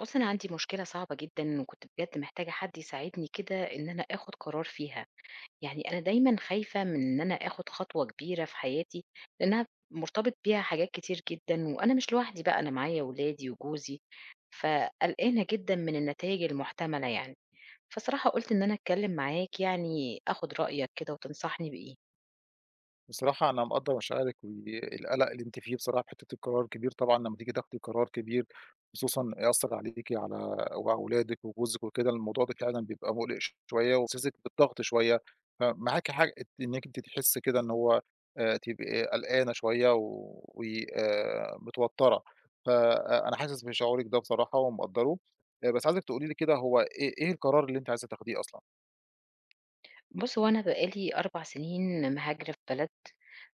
بُص، أنا عندي مشكلة صعبة جدًا وكنت بجد محتاجة حد يساعدني كده إن أنا آخُد قرار فيها، يعني أنا دايمًا خايفة من إن أنا آخُد خطوة كبيرة في حياتي، لإنها مرتبط بيها حاجات كتير جدًا وأنا مش لوحدي بقى، أنا معايا ولادي وجوزي، فقلقانة جدًا من النتايج المحتملة يعني. فصراحة قُلت إن أنا أتكلّم معاك يعني آخُد رأيك كده وتنصحني بإيه. بصراحة أنا مقدّر مشاعرِك والقلق اللي أنتِ فيه بصراحة في حتّة القرار كبير طبعًا لمّا تيجي تاخدي قرار كبير، خصوصًا يأثّر عليكِ وعلى ولادِك وجوزِك وكده، الموضوع ده فعلًا بيبقى مُقلق شوية وإحساسِك بالضغط شوية، فمعاكِ حق إنِّك أنتِ تحسّي كده إن هو تبقي قلقانة شوية و متوتّرة، فأنا حاسس بشعورِك ده بصراحة ومقدّره. بس عايزِك تقولي لي كده هو إيه القرار اللي أنتِ عايزة تاخديه أصلًا؟ بُص، هو أنا بقى لي 4 سنين مهاجرة في بلد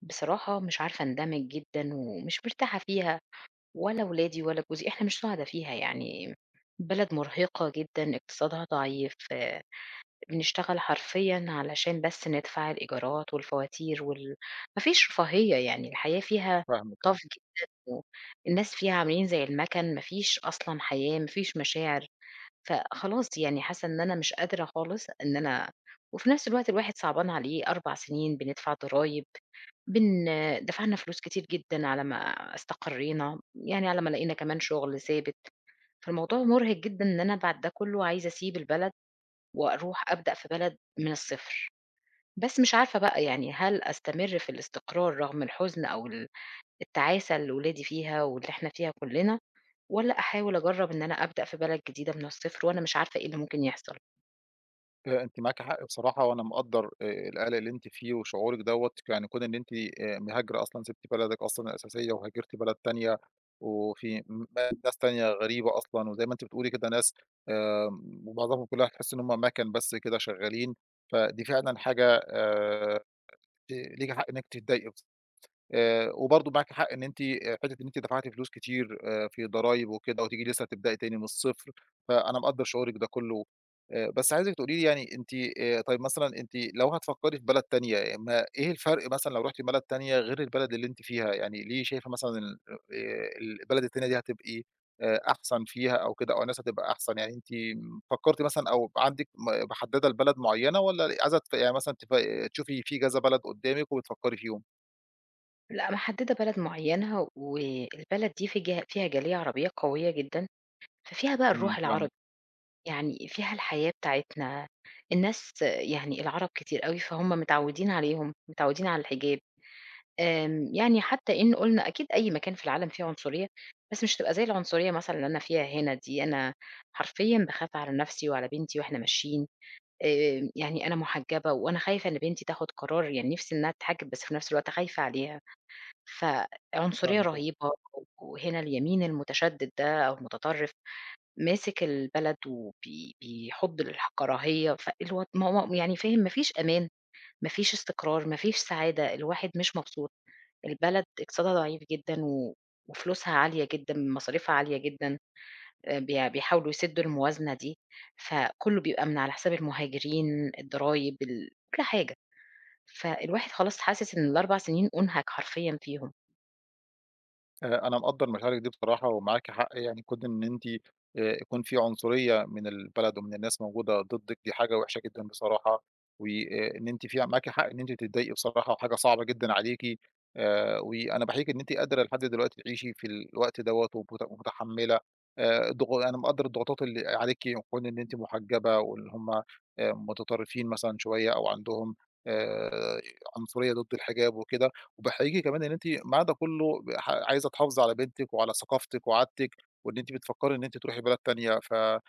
بصراحة مش عارفة أندمج جدًا ومش مرتاحة فيها، ولا ولادي ولا جوزي، إحنا مش سُعدا فيها يعني، بلد مرهقة جدًا، اقتصادها ضعيف، آه، بنشتغل حرفيًا علشان بس ندفع الإيجارات والفواتير ما فيش رفاهية يعني، الحياة فيها فاهمِك، tough آه. جدًا، والناس فيها عاملين زي المَكَن، ما فيش أصلًا حياة، ما فيش مشاعر، فخلاص يعني حاسة إن أنا مش قادرة خالص إن أنا وفي نفس الوقت الواحد صعبان عليه 4 سنين بندفع ضرايب. بن دفعنا فلوس كتير جدًا على ما استقرينا، يعني على ما لقينا كمان شغل ثابت، فالموضوع مُرهق جدًا إن أنا بعد ده كلّه عايزة أسيب البلد وأروح أبدأ في بلد من الصفر، بس مش عارفة بقى يعني هل أستمر في الاستقرار رغم الحزن أو التعاسة اللي ولادي فيها واللي إحنا فيها كلّنا، والّا أحاول أجرّب إن أنا أبدأ في بلد جديدة من الصفر وأنا مش عارفة إيه اللي ممكن يحصل؟ أنتِ معاكِ حق بصراحة، وأنا مقدّر، القلق اللي أنتِ فيه وشعورِك دوّة، يعني كون إن أنتِ مهاجرة أصلًا، سِبتِ بلدِك أصلًا الأساسية وهاجرتِ بلد تانية، وفي ناس تانية غريبة أصلًا، وزي ما أنتِ بتقولي كده ناس، ومعظمهم كلها تحسّي إن هُم مَكَن بس كده شغالين، فدي فعلًا حاجة، ت ليكِ حق إنِّك تتضايقي. بص وبرضه معاكِ حق إن أنتِ، حتّة إن أنتِ دفعتِ فلوس كتير في ضرايب وكده، وتيجي لسّه تبدئي تاني من الصفر، فأنا مقدّر شعورِك ده كُلّه. بس عايزِك تقولي لي، يعني أنتِ، طيب مثلًا أنتِ لو هتفكّري في بلد تانية، ما إيه الفرق مثلًا لو رُحتِ بلد تانية غير البلد اللي أنتِ فيها؟ يعني ليه شايفة مثلًا ال البلد التانية دي هتبقي أحسن فيها أو كده، أو الناس هتبقى أحسن؟ يعني أنتِ فكّرتِ مثلًا، أو عندِك محدّدة لبلد معيّنة، والّا عايزة يعني مثلًا تف آه، تشوفي في كذا بلد قدّامِك وبتفكّري فيهم؟ لأ محددة بلد معيّنة والبلد دي في جه فيها جالية عربية قوية جدًا، ففيها بقى إمم، الروح العربي فاهمِك. يعني فيها الحياة بتاعتنا، الناس يعني العرب كتير أوي، فهُم متعوّدين عليهم، متعوّدين على الحجاب، يعني حتى إن قُلنا أكيد أي مكان في العالم فيه عنصرية، بس مش هتبقى زي العنصرية مثلًا اللي أنا فيها هنا دي، أنا حرفيًا باخاف على نَفْسي وعلى بنتي وإحنا ماشيين، يعني أنا محجبة وأنا خايفة إن بنتي تاخُد قرار، يعني نِفْسي إنها تتحجب بس في نَفْس الوقت خايفة عليها، فعنصرية فاهمِك، آه. رهيبة، وهنا اليمين المتشدد ده أو المتطرف. ماسك البلد بيحُض الكراهية، ما هو يعني فاهم ما فيش أمان، ما فيش استقرار، ما فيش سعادة، الواحد مش مبسوط، البلد اقتصادها ضعيف جدًا وفلوسها عالية جدًا، مصاريفها عالية جدًا، بي بيحاولوا يسدّوا الموازنة دي، فكلّه بيبقى من على حساب المهاجرين، الضرايب، كل حاجة، فالواحد خلاص حاسس إن ال4 سنين أُنهك حرفيًا فيهم. أنا مقدّر مشاعرِك دي بصراحة، ومعاكِ حق. يعني كون إن أنتِ، يكون في عنصرية من البلد ومن الناس موجودة ضدِّك، دي حاجة وِحشة جدًا بصراحة، وإن أنتِ فيها معاكِ حق إن أنتِ تتضايقي بصراحة، وحاجة صعبة جدًا عليكِ. وأنا باحييكِ إن أنتِ قادرة لحد دلوقتي تعيشي في الوقت دوّة، ومتحمّلة. ضغ أنا مقدّر الضغوطات اللي عليكِ، وكون إن أنتِ محجّبة واللي هم، متطرفين مثلًا شوية أو عندهم، آآ عنصرية ضد الحجاب وكده، وباحييكِ كمان إن أنتِ مع ده كله عايزة تحافظي على بنتِك وعلى ثقافتِك وعادتِك، وإن أنتِ بتفكّري إن أنتِ تروحي بلد تانية، ف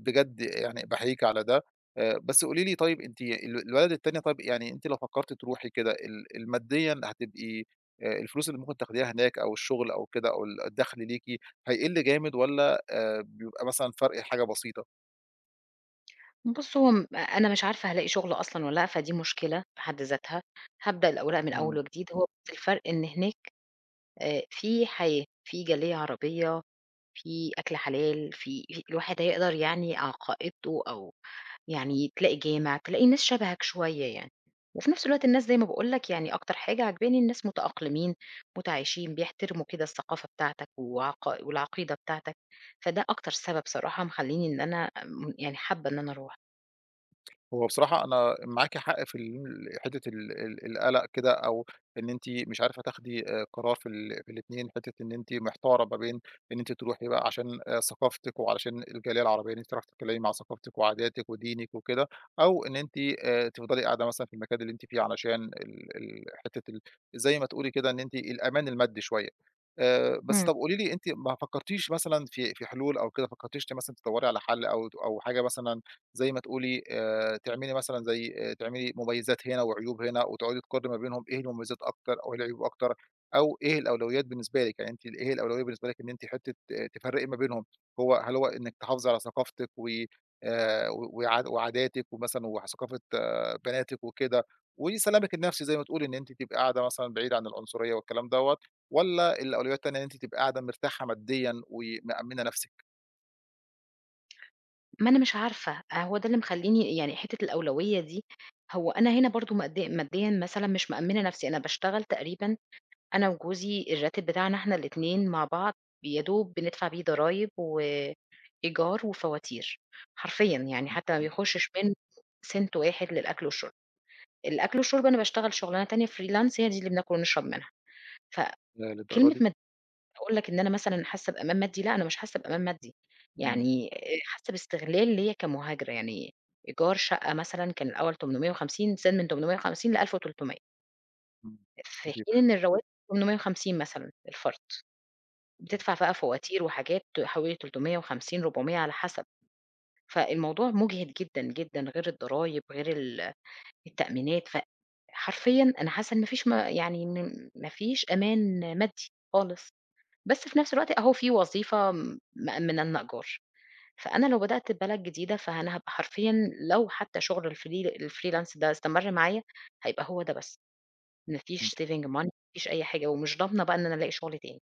بجد يعني باحييكِ على ده. بس قولي لي، طيب أنتِ البلد التانية، طيب يعني أنتِ لو فكّرتِ تروحي كده، ال ال ماديًا هتبقي، الفلوس اللي ممكن تاخديها هناك، أو الشغل أو كده، أو الدخْل ليكِ هيقِل جامد، والّا بيبقى مثلًا فرْق حاجة بسيطة؟ بُص، هو م أنا مش عارفة هالاقي شغل أصلًا والّا لأ، فدي مشكلة في حد ذاتها، هابدأ الأوراق من إمم. أول وجديد، هو بس الفرق إن هناك في حياة، في جالية عربية، في أكل حلال، في الواحد هيقدر يعني عقائدته أو يعني تلاقي جامع، تلاقي ناس شبهك شوية يعني، وفي نفس الوقت الناس زي ما باقول لك يعني أكتر حاجة عاجباني الناس متأقلمين، متعايشين، بيحترموا كده الثقافة بتاعتك والعقيدة بتاعتك، فده أكتر سبب صراحة مخلّيني إن أنا يعني حابة إن أنا أروح. هو بصراحة أنا معاكِ حق في حتّة ال ال القلق كده، أو إن أنتِ مش عارفة تاخدي قرار في في الاتنين، حتّة إن أنتِ محتارة ما بين إن أنتِ تروحي بقى عشان ثقافتِك، وعلشان الجالية العربية، إن أنتِ تعرفي تتكلّمي مع ثقافتِك وعاداتِك ودينِك وكده، أو إن أنتِ، تفضلي قاعدة مثلًا في المكان اللي أنتِ فيه، علشان ال ال حتّة زي ما تقولي كده إن أنتِ الأمان المادي شوية. بس إمم. طَب قولي لي، أنتِ ما فكّرتيش مثلًا في حلول أو كده؟ فكّرتيش مثلًا تدوّري على حَل، أو أو حاجة مثلًا زي ما تقولي، تعملي مثلًا زي تعملي مميزات هنا وعيوب هنا، وتقعدي تقارني ما بينهم، إيه المميزات أكتر أو إيه العيوب أكتر؟ أو إيه الأولويات بالنسبة لِك؟ يعني أنتِ إيه الأولوية بالنسبة لِك، إن أنتِ حتّة، تفرّقي ما بينهم؟ هل هو إنِّك تحافظي على ثقافتِك و و وع وعاداتِك، ومثلًا وثقافة، بناتِك وكده، وسلامِك النفسي، زي ما تقولي إن أنتِ تبقي قاعدة مثلًا بعيدة عن العنصرية والكلام دوّة، والّا الأولوية التانية إن أنتِ تبقي قاعدة مرتاحة ماديًا ومأمّنة نفسِك ما أنا مش عارفة، آه، هو ده اللي مخلّيني يعني حتّة الأولوية دي، هو أنا هنا برضه ماديًا مثلًا مش مأمّنة نَفْسي، أنا باشتغل تقريبًا أنا وجوزي الراتب بتاعنا إحنا الاتنين مع بعض يا دوب بندفع بيه ضرايب وإيجار وفواتير، حرفيًا يعني حتّى ما بيخشش منه سِنْت واحد للأكل والشُرب، الأكل والشُرب أنا باشتغل شُغلانة تانية freelance هي دي اللي بناكل ونشرب منها، للدرجة دي؟ فكلمة أقول لك إن أنا مثلًا حاسة بأمان مادي، لأ أنا مش حاسة بأمان مادي، إمم، يعني حاسة باستغلال ليّا كمهاجرة، يعني إيجار شقة مثلًا كان الأول 850 زاد من 850 ل1300 إمم، في حين كتير. إن الرواتب 850 مثلًا الفرد، بتدفع بقى فواتير وحاجات حوالي 350، 400 على حسب، فالموضوع مُجهِد جدًا، جدًا، غير الضرايب، غير التأمينات، فحرفيًا أنا حاسة إن مفيش ما فيش م يعني م ما فيش أمان مادي خالص. بس في نفس الوقت أهو في وظيفة مأمّنة لنا إيجار، فأنا لو بدأت ببلد جديدة فأنا هابقى حرفيًا لو حتى شغل الfreelance ده استمر معايا، هيبقى هو ده بس، ما إمم. فيش saving money ما فيش أي حاجة، ومش ضامنة بقى إن أنا ألاقي شغل تاني،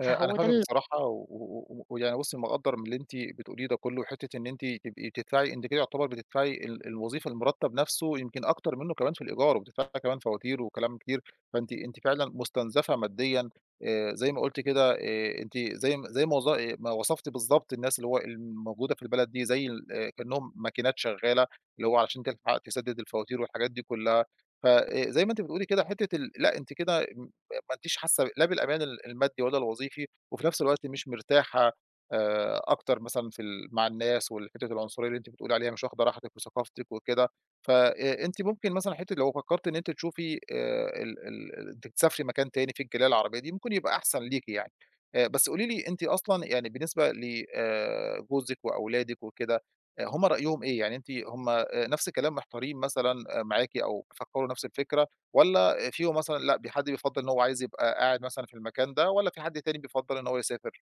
أنا فهو ده فاهمِك ال بصراحة، ويعني بُصّي، مقدّر من اللي أنتِ بتقوليه ده كُلّه. وحتّة إن أنتِ تبقي بتدفعي أنتِ كده، يعتبر بتدفعي الوظيفة، المرتّب نَفْسه يمكن أكتر منّه كمان في الإيجار، وبتدفعي كمان فواتير وكلام كتير. فأنتِ فعلًا مُستنزفة ماديًا، زي ما قُلتِ كده. أنتِ زي ما زي ما وظ آه، ما وصفتِ بالضبط الناس اللي هو الموجودة في البلد دي، زي ال آه، كإنّهم ماكينات شغّالة، اللي هو علشان تلحق تسدّد الفواتير والحاجات دي كُلّها. ف زي ما أنتِ بتقولي كده، حتّة لأ، أنتِ كده ما أنتيش حاسة لا بالأمان المادي ولا الوظيفي، وفي نفس الوقت مش مرتاحة، أكتر مثلًا في مع الناس، والحتة العنصرية اللي أنتِ بتقولي عليها مش واخدة راحتِك وثقافتِك وكده. ف أنتِ ممكن مثلًا حتة لو فكرتِ إن أنتِ تشوفي، ال ال أنتِ تسافري مكان تاني فيه الجالية العربية دي، ممكن يبقى أحسن ليكِ يعني. بس قولي لي أنتِ أصلًا، يعني بالنسبة ل جوزِك وأولادِك وكده، هم رأيهم إيه؟ يعني هم نفس الكلام، محتارين مثلًا معاكِ؟ أو بيفكروا نفس الفكرة، والّا فيهم مثلًا لأ، حد بيفضّل إن هو عايز يبقى قاعد مثلًا في المكان ده، والّا في حد تاني بيفضّل إن هو يسافر؟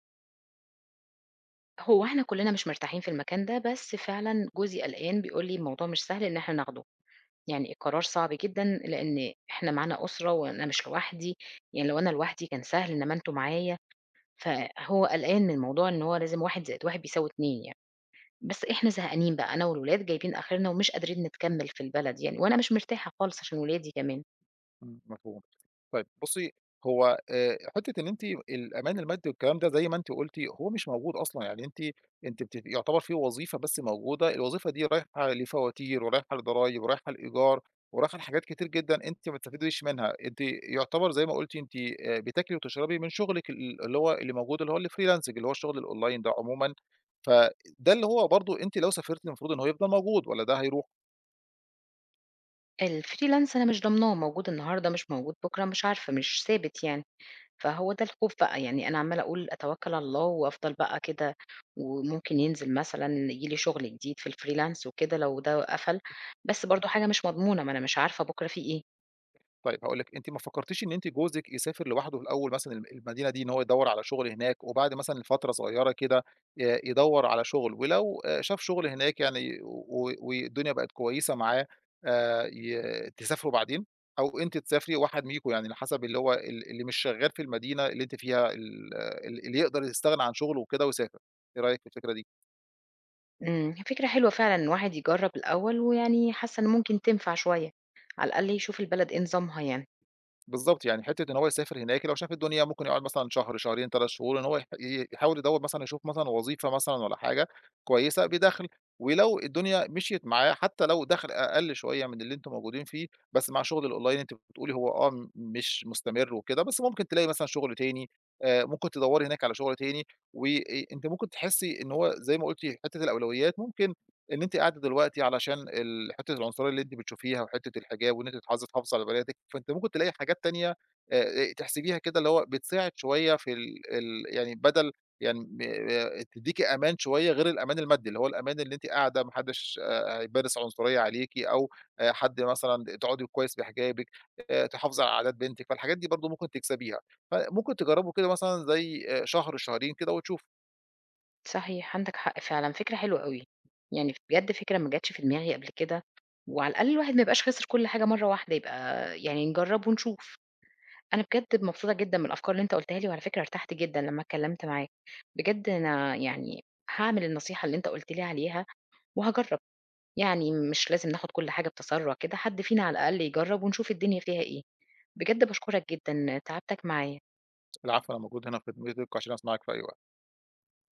هو إحنا كلّنا مش مرتاحين في المكان ده، بس فعلًا جوزي قلقان بيقول لي: "الموضوع مش سهل إن إحنا ناخده، يعني القرار صعب جدًا لإن إحنا معانا أسرة وأنا مش لوحدي، يعني لو أنا لوحدي كان سهل إنّما أنتم معايا." فهو قلقان من موضوع إن هو لازم 1+1 بيساوي 2 يعني، بس إحنا زهقانين بقى أنا والولاد جايبين آخرنا ومش قادرين نتكمّل في البلد يعني، وأنا مش مرتاحة خالص عشان ولادي كمان. إمم، مفهوم. طيب بُصّي، هو حتّة إن أنتِ الأمان المادي والكلام ده زي ما أنتِ قُلتِ هو مش موجود أصلًا. يعني أنتِ أنتِ بت يعتبر في وظيفة بس موجودة، الوظيفة دي رايحة لفواتير ورايحة لضرايب ورايحة لإيجار ورايحة لحاجات كتير جدًا أنتِ ما بتستفيديش منها. أنتِ يعتبر زي ما قُلتِ أنتِ بتاكلي وتشربي من شغلِك، اللي هو اللي موجود، اللي هو الfreelancing، اللي هو الشغل الأونلاين ده عمومًا. فده اللي هو برضه أنتِ لو سافرتِ المفروض إن هو يفضل موجود، والّا ده هيروح؟ الfreelance أنا مش ضامناه موجود النهارده، مش موجود بُكرة، مش عارفة، مش ثابت يعني، فهو ده الخوف بقى، يعني أنا عمّالة أقول أتوكّل على الله وأفضل بقى كده وممكن ينزل مثلًا ييجي لي شُغل جديد في الfreelance وكده لو ده قفل، بس برضه حاجة مش مضمونة، ما أنا مش عارفة بُكرة في إيه. طيب هاقول لِك، أنتِ ما فكّرتيش إن أنتِ جوزِك يسافر لوحده في الأول مثلًا المدينة دي، إن هو يدوّر على شغل هناك، وبعد مثلًا لفترة صغيّرة كده يدوّر على شغل، ولو شاف شغل هناك يعني، والدنيا بقت كويسة معاه، ي تسافروا بعدين؟ أو أنتِ تسافري وواحد منكم، يعني على حسب اللي هو اللي مش شغّال في المدينة اللي أنتِ فيها، ال ال اللي يقدر يستغنى عن شغله وكده ويسافر. إيه رأيك في الفكرة دي؟ إمم، فكرة حلوة فعلًا إن الواحد يجرّب الأول، ويعني حاسة إن ممكن تنفع شوية، على الأقل يشوف البلد إيه نظامها يعني، بالضبط، يعني حتّة إن هو يسافر هناك، لو شاف الدنيا ممكن يقعد مثلًا شهر، شهرين، 3 شهور، إن هو يح ي يحاول يدوّر مثلًا يشوف مثلًا وظيفة مثلًا، والّا حاجة كويسة بدخْل. ولو الدنيا مشيت معاه حتى لو دخْل أقل شوية من اللي أنتم موجودين فيه، بس مع شغل الأونلاين أنتِ بتقولي هو آه م مش مستمر وكده، بس ممكن تلاقي مثلًا شغل تاني. ممكن تدوّري هناك على شغل تاني. وأ أنتِ ممكن تحسّي إن هو زي ما قُلتِ، حتّة الأولويات ممكن، إن أنتِ قاعدة دلوقتي علشان حتّة العنصرية اللي أنتِ بتشوفيها وحتّة الحجاب، وإن أنتِ عايزة تحافظي على بناتِك. فأنتِ ممكن تلاقي حاجات تانية تحسبيها كده اللي هو بتساعد شوية في ال ال يعني بدل يعني م تدّيكِ أمان شوية غير الأمان المادي، اللي هو الأمان اللي أنتِ قاعدة ما حدّش هيمارس عنصرية عليكِ، أو حد مثلًا تقعدي كويس بحجابِك، تحافظي على عادات بنتِك، فالحاجات دي برضه ممكن تكسبيها. فممكن تجرّبوا كده مثلًا زي شهر شهرين كده وتشوفوا. صحيح عندك حق فعلًا، فكرة حلوة أوي، يعني بجد فكرة ما جاتش في دماغي قبل كده، وعلى الأقل الواحد ما يبقاش خسر كل حاجة مرّة واحدة، يبقى يعني نجرّب ونشوف. أنا بجد مبسوطة جدًا من الأفكار اللي أنت قُلتها لي، وعلى فكرة ارتحت جدًا لمّا اتكلمت معاك، بجد أنا يعني هاعمل النصيحة اللي أنت قُلت لي عليها وهاجرّب. يعني مش لازم ناخد كل حاجة بتسرّع كده، حد فينا على الأقل يجرّب ونشوف الدنيا فيها إيه. بجد باشكرك جدًا، تعبتك معايا. العفو، أنا موجود هنا في خدمتِك عشان أسمعِك في أي وقت.